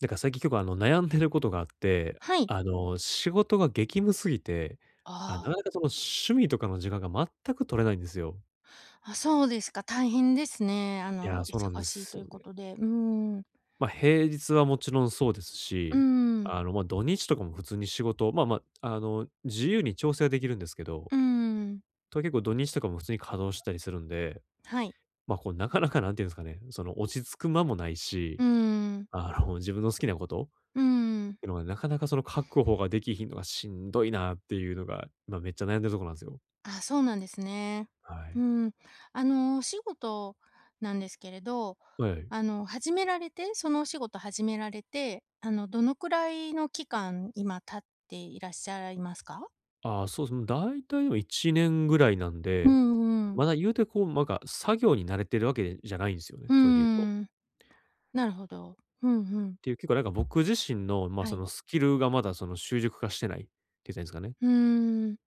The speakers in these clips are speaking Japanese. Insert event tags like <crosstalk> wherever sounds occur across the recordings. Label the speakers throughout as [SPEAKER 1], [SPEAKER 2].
[SPEAKER 1] なんか最近結構悩んでることがあって、
[SPEAKER 2] はい。
[SPEAKER 1] 仕事が激務すぎて、なか
[SPEAKER 2] あ
[SPEAKER 1] な
[SPEAKER 2] あ。
[SPEAKER 1] かその趣味とかの時間が全く取れないんですよ。
[SPEAKER 2] あ、そうですか、大変ですね。
[SPEAKER 1] いやー、そうなんで
[SPEAKER 2] 忙しい
[SPEAKER 1] す
[SPEAKER 2] とい
[SPEAKER 1] よ
[SPEAKER 2] うこ
[SPEAKER 1] ね。
[SPEAKER 2] とで。うーん。
[SPEAKER 1] 平日はもちろんそうです
[SPEAKER 2] うー
[SPEAKER 1] し、
[SPEAKER 2] ん。
[SPEAKER 1] 土日とかも普通に仕事、自由に調整はできるんですけど、
[SPEAKER 2] うーん。
[SPEAKER 1] と結構土日とかも普通に稼働したりするんで、
[SPEAKER 2] はい。
[SPEAKER 1] こうなかなかなんていうんですかね、その落ち着く間もない
[SPEAKER 2] う
[SPEAKER 1] し、
[SPEAKER 2] ーん。
[SPEAKER 1] 自分の好きなこと
[SPEAKER 2] うーん。
[SPEAKER 1] ていうのが、なかなかその確保ができひんのがしんどいなっていうのが、今めっちゃ悩んでるとこなんですよ。
[SPEAKER 2] あ、そうなんですね。
[SPEAKER 1] は
[SPEAKER 2] う
[SPEAKER 1] い。
[SPEAKER 2] ーん。お仕事なんですけれど、
[SPEAKER 1] はい。
[SPEAKER 2] あの、始められてそのお仕事始められて、あの、どのくらいの期間、今経っていらっしゃいますか？
[SPEAKER 1] ああ、そうですね、大体でも1年ぐらいなん
[SPEAKER 2] う
[SPEAKER 1] で、
[SPEAKER 2] んうん。
[SPEAKER 1] まだ言うてこう、なんか作業に慣れてるわけじゃないんですよね、
[SPEAKER 2] う
[SPEAKER 1] それで言うと。
[SPEAKER 2] ーん。なるほど。うんうん。
[SPEAKER 1] っていう結構なんか僕自身の、
[SPEAKER 2] は
[SPEAKER 1] そ
[SPEAKER 2] い。
[SPEAKER 1] のスキルがまだその習熟化してないって言ったらいいんですかね、
[SPEAKER 2] うーん。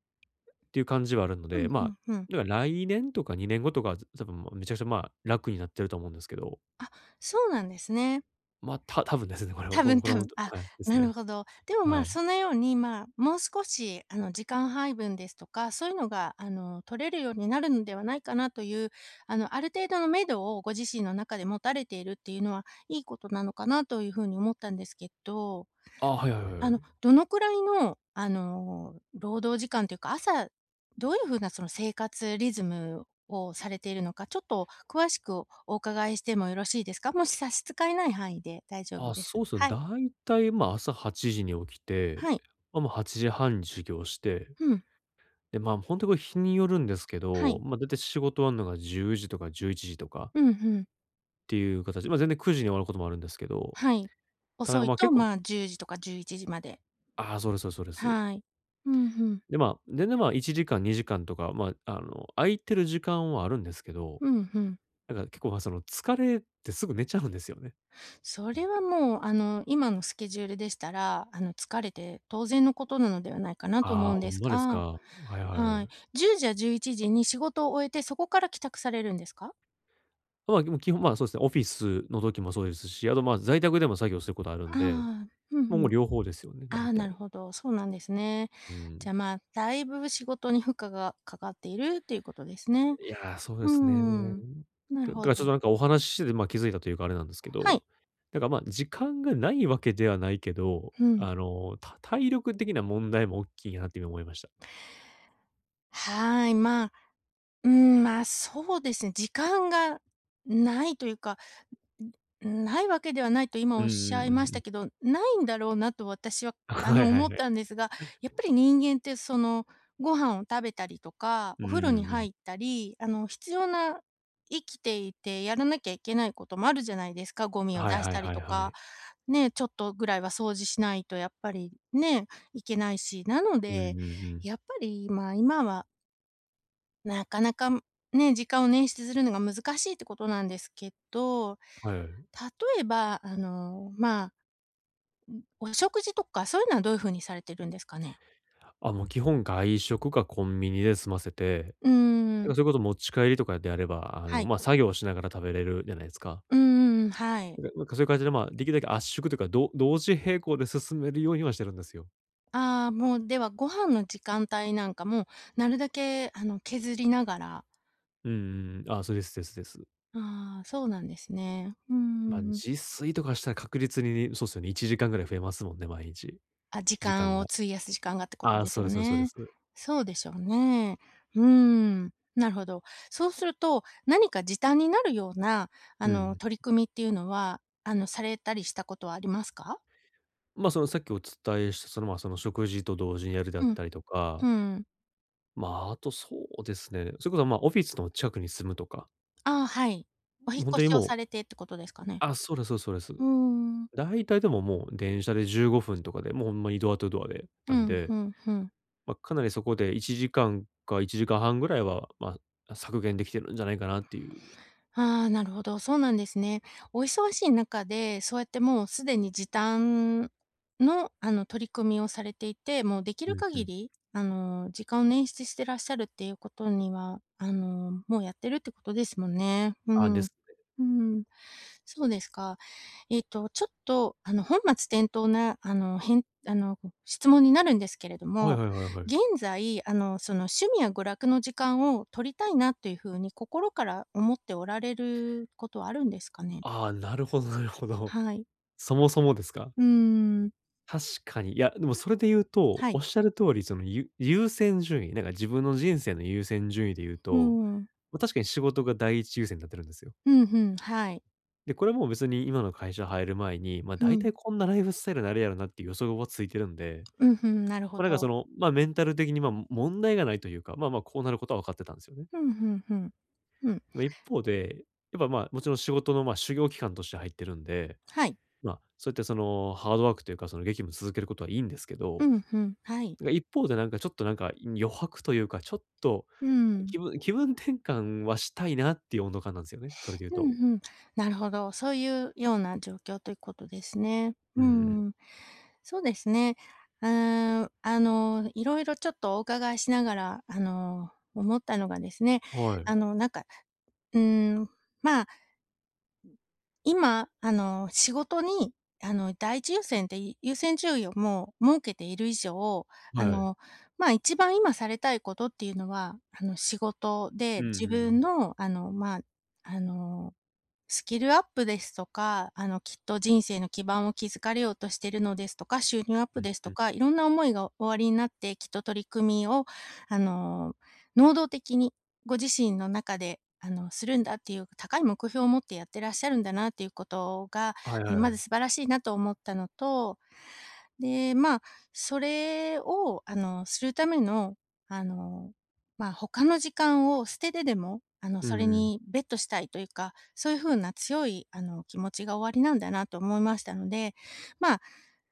[SPEAKER 1] っていう感じはあるの
[SPEAKER 2] う
[SPEAKER 1] で、
[SPEAKER 2] ん、ふんふん。
[SPEAKER 1] だから来年とか2年後とかは、多分めちゃくちゃ、楽になってると思うんですけど、
[SPEAKER 2] あ、そうなんですね。
[SPEAKER 1] 多分ですね、これは、
[SPEAKER 2] 多分
[SPEAKER 1] これ
[SPEAKER 2] 多
[SPEAKER 1] はほん
[SPEAKER 2] 分、
[SPEAKER 1] と
[SPEAKER 2] あ、
[SPEAKER 1] はい、です
[SPEAKER 2] な
[SPEAKER 1] ね。
[SPEAKER 2] るほど。でも、ま
[SPEAKER 1] は
[SPEAKER 2] あ、
[SPEAKER 1] い。
[SPEAKER 2] そのように、まあ、もう少し、時間配分ですとか、そういうのが、取れるようになるのではないかなという、ある程度の目処をご自身の中で持たれているっていうのは、いいことなのかなというふうに思ったんですけど。
[SPEAKER 1] ああ、はいはいはいはい。
[SPEAKER 2] どのくらいの、労働時間というか、朝どういう風なその生活リズムをされているのか、ちょっと詳しくお伺いしてもよろしいですか？もし差し支えない範囲で大丈夫
[SPEAKER 1] あ、
[SPEAKER 2] です。
[SPEAKER 1] そうですね。
[SPEAKER 2] はい。
[SPEAKER 1] だいたい、朝8時に起きて、
[SPEAKER 2] はい。
[SPEAKER 1] もう8時半に授業して、
[SPEAKER 2] うん。
[SPEAKER 1] で、ほんとこれ日によるんですけ
[SPEAKER 2] は
[SPEAKER 1] ど、
[SPEAKER 2] い。
[SPEAKER 1] だいたい仕事終わるのが10時とか11時とか
[SPEAKER 2] うんうん。
[SPEAKER 1] っていう形、全然9時に終わることもあるんですけど、
[SPEAKER 2] はい。
[SPEAKER 1] た
[SPEAKER 2] 遅
[SPEAKER 1] だ、
[SPEAKER 2] い
[SPEAKER 1] 結
[SPEAKER 2] と、
[SPEAKER 1] 構
[SPEAKER 2] まあ、10時とか11時まで。
[SPEAKER 1] ああ、そうですそうですそうです。
[SPEAKER 2] はい。うんうん。
[SPEAKER 1] で、まあ、全然、まあ、1時間2時間とか、空いてる時間はあるんですけど、
[SPEAKER 2] うんうん。
[SPEAKER 1] なんか結構、その疲れてすぐ寝ちゃうんですよね。
[SPEAKER 2] それはもう、今のスケジュールでしたら、疲れて当然のことなのではないかなと
[SPEAKER 1] あ
[SPEAKER 2] 思
[SPEAKER 1] あ、
[SPEAKER 2] うん
[SPEAKER 1] ほ
[SPEAKER 2] で
[SPEAKER 1] ん
[SPEAKER 2] す
[SPEAKER 1] まです
[SPEAKER 2] が。
[SPEAKER 1] か。はいはいは
[SPEAKER 2] はい。
[SPEAKER 1] い。
[SPEAKER 2] 10時や11時に仕事を終えて、そこから帰宅されるんですか？
[SPEAKER 1] でも基本、そうですね、オフィスの時もそうですし、あと、在宅でも作業することある
[SPEAKER 2] あ
[SPEAKER 1] んで、
[SPEAKER 2] あ、う
[SPEAKER 1] もう
[SPEAKER 2] んう
[SPEAKER 1] もう
[SPEAKER 2] ん。
[SPEAKER 1] 両方ですよね、
[SPEAKER 2] あ
[SPEAKER 1] 大
[SPEAKER 2] あ、な
[SPEAKER 1] 体。
[SPEAKER 2] るほど、そうなんですね。
[SPEAKER 1] うん。
[SPEAKER 2] じゃ、あまあ、だいぶ仕事に負荷がかかっているっていうことですね。
[SPEAKER 1] いやー、そうで
[SPEAKER 2] うー
[SPEAKER 1] すね。
[SPEAKER 2] ん。なる
[SPEAKER 1] だだ
[SPEAKER 2] ほ
[SPEAKER 1] からちょっ
[SPEAKER 2] ど。
[SPEAKER 1] となんかお話ししてて、気づいたというかあれなんですけ
[SPEAKER 2] は
[SPEAKER 1] ど、
[SPEAKER 2] い。
[SPEAKER 1] なんか、時間がないわけではないけど、
[SPEAKER 2] うん。
[SPEAKER 1] 体力的な問題も大きいなって今思いました。
[SPEAKER 2] はい、まあ、うーん、まあ、そうですね、時間がないというかん、ないわけではないと今
[SPEAKER 1] う
[SPEAKER 2] おっ
[SPEAKER 1] んうんう
[SPEAKER 2] しゃい
[SPEAKER 1] ん
[SPEAKER 2] まし
[SPEAKER 1] う
[SPEAKER 2] た
[SPEAKER 1] ん。
[SPEAKER 2] けど、ないんだろうなと私は、
[SPEAKER 1] <laughs> はいは
[SPEAKER 2] 思
[SPEAKER 1] い
[SPEAKER 2] っ
[SPEAKER 1] はい。
[SPEAKER 2] たんですが、やっぱり人間ってその、ご飯を食べたりとか、
[SPEAKER 1] うん
[SPEAKER 2] お風呂
[SPEAKER 1] う
[SPEAKER 2] に
[SPEAKER 1] んうん。
[SPEAKER 2] 入ったり、必要な生きていてやらなきゃいけないこともあるじゃないですか、ゴミを
[SPEAKER 1] はい
[SPEAKER 2] 出し
[SPEAKER 1] はい
[SPEAKER 2] たり
[SPEAKER 1] はい
[SPEAKER 2] と
[SPEAKER 1] は
[SPEAKER 2] か、
[SPEAKER 1] い。
[SPEAKER 2] ね、ちょっとぐらいは掃除しないとやっぱりね、いけないし。なの
[SPEAKER 1] うんう
[SPEAKER 2] で、
[SPEAKER 1] んうん。
[SPEAKER 2] やっぱり、まあ、今はなかなかね、時間を捻出するのが難しいってことなんですけど、
[SPEAKER 1] はい。
[SPEAKER 2] 例えば、まあ、お食事とか、そういうのはどういう風にされてるんですかね？
[SPEAKER 1] あ、もう基本外食かコンビニで済ませて
[SPEAKER 2] うー
[SPEAKER 1] なん
[SPEAKER 2] ん。
[SPEAKER 1] かそれこそ持ち帰りとかであれば、
[SPEAKER 2] はい。
[SPEAKER 1] 作業しながら食べれるじゃないですか。
[SPEAKER 2] うんんはい。
[SPEAKER 1] なんかそういう感じで、できるだけ圧縮というか、同時並行で進めるようにはしてるんですよ。
[SPEAKER 2] ああ、もう、では、ご飯の時間帯なんかも、なるだけ、削りながら。
[SPEAKER 1] うんうんうん。あ、そうですですです。
[SPEAKER 2] ああ、そうなんですね。うんん。
[SPEAKER 1] 自炊とかしたら確実にそうですよね、1時間ぐらい増えますもんね、毎日。
[SPEAKER 2] あ、時
[SPEAKER 1] 時間
[SPEAKER 2] 間を
[SPEAKER 1] が。
[SPEAKER 2] 費やす時間がってこと
[SPEAKER 1] あ、
[SPEAKER 2] です
[SPEAKER 1] そう
[SPEAKER 2] よ
[SPEAKER 1] ですそうで
[SPEAKER 2] ね。
[SPEAKER 1] すそうです。
[SPEAKER 2] そうでしょうね。うーん、なるほど。そうすると、何か時短になるような、
[SPEAKER 1] うん。
[SPEAKER 2] 取り組みっていうのは、されたりしたことはありますか？
[SPEAKER 1] そのさっきお伝えした、その、その食事と同時にやるであっ
[SPEAKER 2] うん。
[SPEAKER 1] たりとか、
[SPEAKER 2] うん。
[SPEAKER 1] あとそうですね、それこそ、オフィスの近くに住むとか、
[SPEAKER 2] ああ、はい。お引っ
[SPEAKER 1] 本当
[SPEAKER 2] 越
[SPEAKER 1] に
[SPEAKER 2] しを
[SPEAKER 1] もう
[SPEAKER 2] されてってことですかね？
[SPEAKER 1] あ、そうですそうですそうで
[SPEAKER 2] うー
[SPEAKER 1] す。
[SPEAKER 2] ん。
[SPEAKER 1] 大体でももう電車で15分とかで、もうほんまにドアトゥドアで、
[SPEAKER 2] う
[SPEAKER 1] なん
[SPEAKER 2] ん、ふ
[SPEAKER 1] で、
[SPEAKER 2] んふん。
[SPEAKER 1] かなりそこで1時間か1時間半ぐらいは、削減できてるんじゃないかなっていう。
[SPEAKER 2] ああ、なるほど、そうなんですね。お忙しい中で、そうやってもうすでに時短の、取り組みをされていて、もうでき
[SPEAKER 1] う
[SPEAKER 2] る
[SPEAKER 1] んう
[SPEAKER 2] 限
[SPEAKER 1] ん。
[SPEAKER 2] り、時間を捻出してらっしゃるっていうことには、もうやってるってことですもんね。う
[SPEAKER 1] あ、で
[SPEAKER 2] ん。
[SPEAKER 1] すね
[SPEAKER 2] うん。そうですか。ちょっと、本末転倒な、あの、質問になるんですけれど
[SPEAKER 1] はい
[SPEAKER 2] も、
[SPEAKER 1] はいはいはい。
[SPEAKER 2] 現在、その、趣味や娯楽の時間を取りたいなというふうに心から思っておられることはあるんですかね？
[SPEAKER 1] ああ、なるほどなるほど。
[SPEAKER 2] はい。
[SPEAKER 1] そもそもですか？
[SPEAKER 2] うーん。
[SPEAKER 1] 確かに。いや、でもそれで言うと、
[SPEAKER 2] は
[SPEAKER 1] おっ
[SPEAKER 2] い。
[SPEAKER 1] しゃる通り、その、優先順位、なんか自分の人生の優先順位で言う
[SPEAKER 2] うー
[SPEAKER 1] と、
[SPEAKER 2] ん。
[SPEAKER 1] 確かに仕事が第一優先になってるんですよ。
[SPEAKER 2] うん、うん、はい。
[SPEAKER 1] で、これも別に今の会社入る前に、
[SPEAKER 2] う
[SPEAKER 1] 大
[SPEAKER 2] ん。
[SPEAKER 1] 体こんなライフスタイルになるやろなっていう予測はついてるんで、
[SPEAKER 2] うん、うん、なるほど。
[SPEAKER 1] メンタル的に、問題がないというか、こうなることは分かってたんですよね。
[SPEAKER 2] うんうんうん。うん。
[SPEAKER 1] 一方で、やっぱ、もちろん仕事の、修行期間として入ってるんで、
[SPEAKER 2] はい。
[SPEAKER 1] そうやってその、ハードワークというか、その、激務続けることはいいんですけ
[SPEAKER 2] う
[SPEAKER 1] ど、
[SPEAKER 2] ん、うん、はい。
[SPEAKER 1] なんか一方でなんかちょっとなんか、余白というか、ちょっと
[SPEAKER 2] うーん。
[SPEAKER 1] 気分転換はしたいなっていう温度感なんですよね、それで言う
[SPEAKER 2] う
[SPEAKER 1] と。
[SPEAKER 2] んうん。なるほど。そういうような状況ということですね。
[SPEAKER 1] うん
[SPEAKER 2] う
[SPEAKER 1] うん。
[SPEAKER 2] ん。そうですね。うーん、いろいろちょっとお伺いしながら、思ったのがですね、
[SPEAKER 1] はい。
[SPEAKER 2] なんか、うーん、まあ、今、仕事に、第一優先で優先順位をもう設けている以上、あ
[SPEAKER 1] はい。
[SPEAKER 2] の、まあ、一番今されたいことっていうのは、仕事
[SPEAKER 1] う
[SPEAKER 2] で
[SPEAKER 1] んうん
[SPEAKER 2] 自
[SPEAKER 1] う
[SPEAKER 2] 分
[SPEAKER 1] ん。
[SPEAKER 2] の、まあ、あのスキルアップですとか、きっと人生の基盤を築かれようとしているのですとか、収入アッ
[SPEAKER 1] う
[SPEAKER 2] プ
[SPEAKER 1] ん
[SPEAKER 2] です
[SPEAKER 1] う
[SPEAKER 2] と
[SPEAKER 1] ん。
[SPEAKER 2] か、いろんな思いがおありになって、きっと取り組みを、あの、能動的にご自身の中で、するんだっていう高い目標を持ってやってらっしゃるんだなっていうことが、
[SPEAKER 1] はいは
[SPEAKER 2] まず
[SPEAKER 1] い。
[SPEAKER 2] 素晴らしいなと思ったのと、で、まあ、それを、するための、あの、まあ、他の時間を捨ててでも、
[SPEAKER 1] う
[SPEAKER 2] それ
[SPEAKER 1] んう
[SPEAKER 2] に
[SPEAKER 1] ん。
[SPEAKER 2] ベットしたいというか、そういう風な強い、気持ちがおありなんだなと思いましたので、まあ、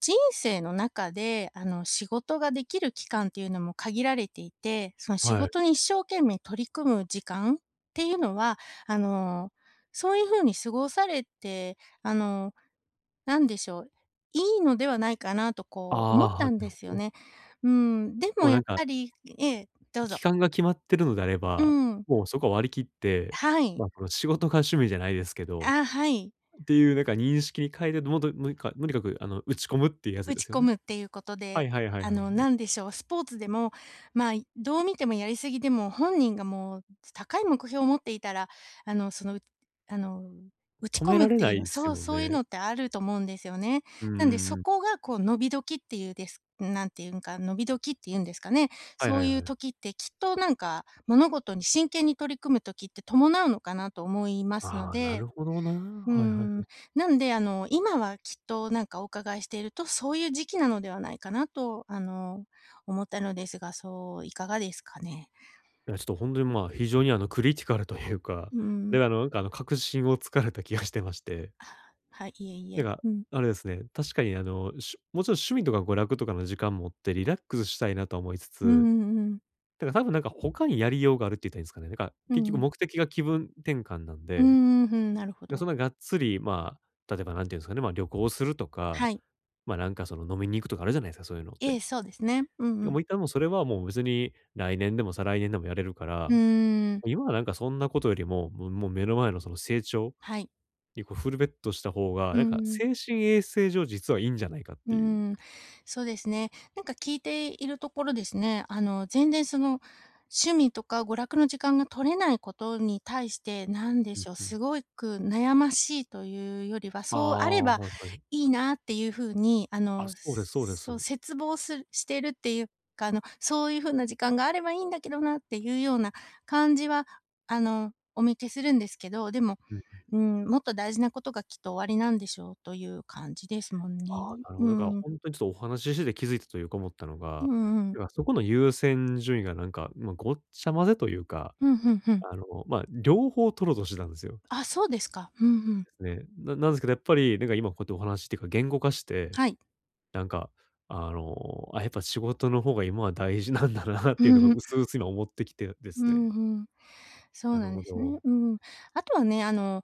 [SPEAKER 2] 人生の中で、仕事ができる期間っていうのも限られていて、その仕
[SPEAKER 1] はい。
[SPEAKER 2] 事に一生懸命取り組む時間っていうのは、あの、そういう風に過ごされて、なんでしょう、いいのではないかなとこう思っ
[SPEAKER 1] ああ、
[SPEAKER 2] たん
[SPEAKER 1] な
[SPEAKER 2] で
[SPEAKER 1] る
[SPEAKER 2] す
[SPEAKER 1] ほ
[SPEAKER 2] よ
[SPEAKER 1] ど。
[SPEAKER 2] ね。うん、で
[SPEAKER 1] も
[SPEAKER 2] も
[SPEAKER 1] うな
[SPEAKER 2] やっ
[SPEAKER 1] んか、
[SPEAKER 2] ぱりええ、どう
[SPEAKER 1] 期
[SPEAKER 2] ぞ。
[SPEAKER 1] 間が決まってるのであれ
[SPEAKER 2] う
[SPEAKER 1] ば、
[SPEAKER 2] ん。
[SPEAKER 1] もうそこは割り切って、
[SPEAKER 2] はい。
[SPEAKER 1] この仕事が趣味じゃないですけど、
[SPEAKER 2] あ、はい。
[SPEAKER 1] っていうなんか認識に変えて、もともにかとにかく打ち込むっていうやつ
[SPEAKER 2] 打
[SPEAKER 1] で
[SPEAKER 2] ち
[SPEAKER 1] すよ
[SPEAKER 2] 込
[SPEAKER 1] ね。
[SPEAKER 2] むっていうこと
[SPEAKER 1] は
[SPEAKER 2] で、
[SPEAKER 1] いはいはいはいはい。
[SPEAKER 2] なんでしょう、スポーツでも、まあ、どう見てもやりすぎでも、本人がもう高い目標を持っていたら、その、あの、打ち
[SPEAKER 1] 止
[SPEAKER 2] 込
[SPEAKER 1] め
[SPEAKER 2] む
[SPEAKER 1] ら
[SPEAKER 2] っ
[SPEAKER 1] れ
[SPEAKER 2] て
[SPEAKER 1] な
[SPEAKER 2] いう
[SPEAKER 1] いで
[SPEAKER 2] の
[SPEAKER 1] す
[SPEAKER 2] そう、
[SPEAKER 1] もん
[SPEAKER 2] そういう
[SPEAKER 1] ね。
[SPEAKER 2] のってあると思うんですよね。
[SPEAKER 1] うん
[SPEAKER 2] なんで
[SPEAKER 1] うんう
[SPEAKER 2] そ
[SPEAKER 1] ん。
[SPEAKER 2] こがこう伸び時っていうです、なんていうんか、伸び時っていうんですかね。
[SPEAKER 1] はい
[SPEAKER 2] そ
[SPEAKER 1] は
[SPEAKER 2] う
[SPEAKER 1] いは
[SPEAKER 2] いう
[SPEAKER 1] い。
[SPEAKER 2] 時ってきっとなんか、物事に真剣に取り組む時って伴うのかなと思いますの
[SPEAKER 1] ああ、な
[SPEAKER 2] で。
[SPEAKER 1] るほどな。
[SPEAKER 2] うー
[SPEAKER 1] はいはいはい。
[SPEAKER 2] ん。なんで、今はきっとなんかお伺いしていると、そういう時期なのではないかなと、思ったのですが、そういかがですかね？
[SPEAKER 1] いや、ちょっとほんとに、非常にクリティカルというか、
[SPEAKER 2] うん。
[SPEAKER 1] で、確信をつかれた気がしてまして
[SPEAKER 2] <sniffs> あ、はい、いえい
[SPEAKER 1] なん
[SPEAKER 2] え。
[SPEAKER 1] か、
[SPEAKER 2] うん。
[SPEAKER 1] あれですね、確かにもちろん趣味とか娯楽とかの時間もあって、リラックスしたいなとは思いつ
[SPEAKER 2] うん
[SPEAKER 1] つ、
[SPEAKER 2] うんうん。
[SPEAKER 1] だから多分なんか他にやりようがあるって言ったらいいんですかね。なんか
[SPEAKER 2] う
[SPEAKER 1] 結局
[SPEAKER 2] ん。
[SPEAKER 1] 目的が気分転換なん
[SPEAKER 2] う
[SPEAKER 1] で、
[SPEAKER 2] ん、ふん、なるほ
[SPEAKER 1] でそ
[SPEAKER 2] ど。
[SPEAKER 1] んながっつり、例えばなんていうんですかね、旅行すると
[SPEAKER 2] は
[SPEAKER 1] か、
[SPEAKER 2] い。
[SPEAKER 1] なんかその飲みに行くとかあるじゃないですか、そういうのっ
[SPEAKER 2] え
[SPEAKER 1] て。
[SPEAKER 2] え、そうですね。うんう
[SPEAKER 1] でも
[SPEAKER 2] ん。
[SPEAKER 1] う一旦もうそれはもう別に来年でも再来年でもやれるか
[SPEAKER 2] う
[SPEAKER 1] ら、
[SPEAKER 2] ーん。
[SPEAKER 1] 今はなんかそんなことよりも、もう目の前のその成長
[SPEAKER 2] はい。
[SPEAKER 1] にこうフルベットした方が、
[SPEAKER 2] う
[SPEAKER 1] なんか
[SPEAKER 2] んうん。
[SPEAKER 1] 精神衛生上実はいいんじゃないかっ
[SPEAKER 2] う
[SPEAKER 1] て
[SPEAKER 2] ー
[SPEAKER 1] いう。
[SPEAKER 2] ん、そうですね。なんか聞いているところですね、全然その、趣味とか娯楽の時間が取れないことに対して、なんで
[SPEAKER 1] うん
[SPEAKER 2] しょう、
[SPEAKER 1] うん。
[SPEAKER 2] すごく悩ましいというよりは、
[SPEAKER 1] あ
[SPEAKER 2] そうあれ
[SPEAKER 1] あ、
[SPEAKER 2] ば
[SPEAKER 1] はいはい。
[SPEAKER 2] いいなっていう風に、
[SPEAKER 1] あ、そうですそうです。
[SPEAKER 2] そう、切望するしてるっていうか、そういう風な時間があればいいんだけどなっていうような感じは、お見受けするんですけど、でも
[SPEAKER 1] うん。
[SPEAKER 2] うん、もっと大事なことがきっと終わりなんでしょうという感じですもんね。
[SPEAKER 1] ああ、なるほ
[SPEAKER 2] う
[SPEAKER 1] ど。だから
[SPEAKER 2] ん。
[SPEAKER 1] ほんとにちょっとお話ししてて気づいたというか思ったのが、
[SPEAKER 2] うんうん。
[SPEAKER 1] だからそこの優先順位がなんか、ごっちゃ混ぜというか、
[SPEAKER 2] うん、うんうん。
[SPEAKER 1] 両方取ろうとしてたんですよ。
[SPEAKER 2] あ、そうですか。うんうん。
[SPEAKER 1] ですね。なんですけどやっぱり、なんか今こうやってお話っていうか言語化して、
[SPEAKER 2] はい。
[SPEAKER 1] なんか、あ、やっぱ仕事の方が今は大事なんだなっ
[SPEAKER 2] う
[SPEAKER 1] ていうのが
[SPEAKER 2] んうん。
[SPEAKER 1] 薄々今思ってきてで
[SPEAKER 2] う
[SPEAKER 1] す
[SPEAKER 2] ん
[SPEAKER 1] ね。
[SPEAKER 2] うん。そ
[SPEAKER 1] な
[SPEAKER 2] う
[SPEAKER 1] る
[SPEAKER 2] なん
[SPEAKER 1] ほ
[SPEAKER 2] です
[SPEAKER 1] ど。
[SPEAKER 2] ね。うん。あとはね、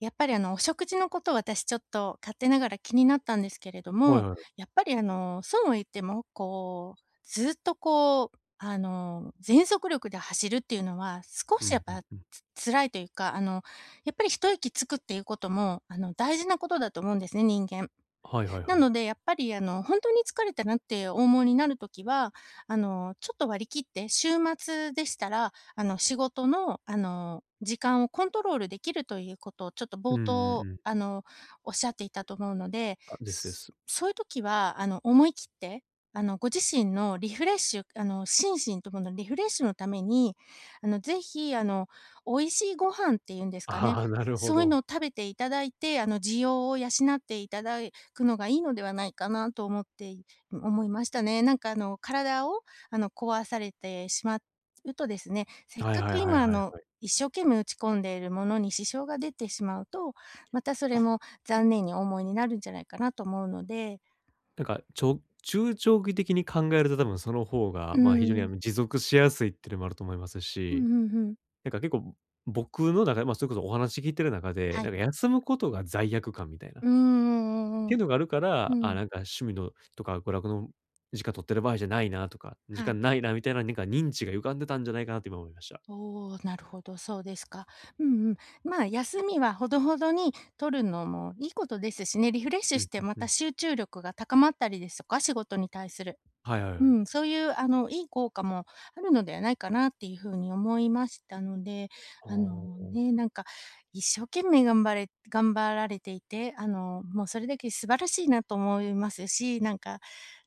[SPEAKER 2] やっぱりお食事のこと私ちょっと勝手ながら気になったんですけれど
[SPEAKER 1] はい
[SPEAKER 2] も、
[SPEAKER 1] はい。
[SPEAKER 2] やっぱりそうは言っても、こう、ずっとこう、全速力で走るっていうのは、少
[SPEAKER 1] うん
[SPEAKER 2] しやっ
[SPEAKER 1] うん
[SPEAKER 2] ぱ、
[SPEAKER 1] うん。
[SPEAKER 2] 辛いというか、やっぱり一息つくっていうことも、大事なことだと思うんですね、人間。
[SPEAKER 1] はいはいはい。
[SPEAKER 2] なのでやっぱり本当に疲れたなってお思いになるときは、ちょっと割り切って、週末でしたら、仕事の、時間をコントロールできるということをちょっと
[SPEAKER 1] うん
[SPEAKER 2] 冒
[SPEAKER 1] うん
[SPEAKER 2] 頭、
[SPEAKER 1] うん。
[SPEAKER 2] おっしゃっていたと思うので、
[SPEAKER 1] あ、ですです。
[SPEAKER 2] そういう時は、思い切って、ご自身のリフレッシュ心身とものリフレッシュのために、ぜひ、美味しいご飯っていうんですかね、
[SPEAKER 1] ああ、なるほ
[SPEAKER 2] そういうのを
[SPEAKER 1] ど。
[SPEAKER 2] 食べていただいて、需要を養っていただくのがいいのではないかなと思って、思いましたね。なんか体を壊されてしまうとですね、せっ
[SPEAKER 1] はい
[SPEAKER 2] か
[SPEAKER 1] はい
[SPEAKER 2] く
[SPEAKER 1] はい
[SPEAKER 2] 今
[SPEAKER 1] はいはい。
[SPEAKER 2] 一生懸命打ち込んでいるものに支障が出てしまうと、またそれも残念に思いになるんじゃないかなと思うので、
[SPEAKER 1] なんか、中長期的に考えると多分その方が、
[SPEAKER 2] うー
[SPEAKER 1] 非常に
[SPEAKER 2] ん、
[SPEAKER 1] 持続しやすいっていうのもあると思います
[SPEAKER 2] うん
[SPEAKER 1] し、
[SPEAKER 2] うんうん。
[SPEAKER 1] なんか結構僕の中で、それこそお話聞いてる中で、
[SPEAKER 2] は
[SPEAKER 1] なん
[SPEAKER 2] い。
[SPEAKER 1] か休むことが罪悪感みたいな、っ
[SPEAKER 2] うんうんう
[SPEAKER 1] てい
[SPEAKER 2] ん
[SPEAKER 1] うのがあるか
[SPEAKER 2] う
[SPEAKER 1] ら、
[SPEAKER 2] ん。う
[SPEAKER 1] あ、
[SPEAKER 2] ん、
[SPEAKER 1] なんか趣味のとか娯楽の時間取ってる場合じゃないなとか、時
[SPEAKER 2] は
[SPEAKER 1] 間
[SPEAKER 2] い。
[SPEAKER 1] ないなみたいな、なんか認知が歪んでたんじゃないかなって今思いました。
[SPEAKER 2] おお、なるほど、そうですか。うんうん。まあ、休みはほどほどに取るのもいいことですしね、リフレッシュ
[SPEAKER 1] う
[SPEAKER 2] し
[SPEAKER 1] ん
[SPEAKER 2] てま
[SPEAKER 1] うんう
[SPEAKER 2] た
[SPEAKER 1] ん。
[SPEAKER 2] 集中力が高まったりですとか、仕事に対する。
[SPEAKER 1] はいはいは
[SPEAKER 2] う
[SPEAKER 1] い。
[SPEAKER 2] ん、そういう、いい効果もあるのではないかなっていうふうに思いましたので、
[SPEAKER 1] あーあ
[SPEAKER 2] あのね、
[SPEAKER 1] ー。
[SPEAKER 2] なんか、一生懸命頑張れ、頑張られていて、もうそれだけ素晴らしいなと思いますし、なんか、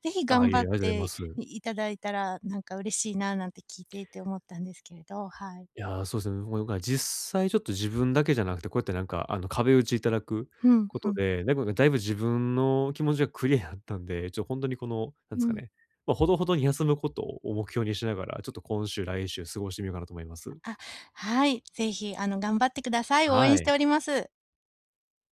[SPEAKER 2] ぜひ
[SPEAKER 1] あ
[SPEAKER 2] 頑
[SPEAKER 1] いえい
[SPEAKER 2] 張
[SPEAKER 1] え、あり
[SPEAKER 2] っ
[SPEAKER 1] がとうございま
[SPEAKER 2] て
[SPEAKER 1] す。
[SPEAKER 2] いただいたら、なんか嬉しいな、なんて聞いていて思ったんですけれど、はい。
[SPEAKER 1] いやー、そうですね。もうなんか実際ちょっと自分だけじゃなくて、こうやってなんかあの壁打ちいただく
[SPEAKER 2] うん、
[SPEAKER 1] こ
[SPEAKER 2] ふ
[SPEAKER 1] と
[SPEAKER 2] ん、
[SPEAKER 1] で、なんかだいぶ自分の気持ちがクリアになったんで、ちょっと本当にこの、なんです
[SPEAKER 2] う
[SPEAKER 1] か
[SPEAKER 2] ん。
[SPEAKER 1] ね、ほどほどに休むことを目標にしながら、ちょっと今週、来週過ごしてみようかなと思います。
[SPEAKER 2] あ、はい、ぜひ、頑張ってください。応
[SPEAKER 1] は
[SPEAKER 2] 援して
[SPEAKER 1] い。
[SPEAKER 2] おります。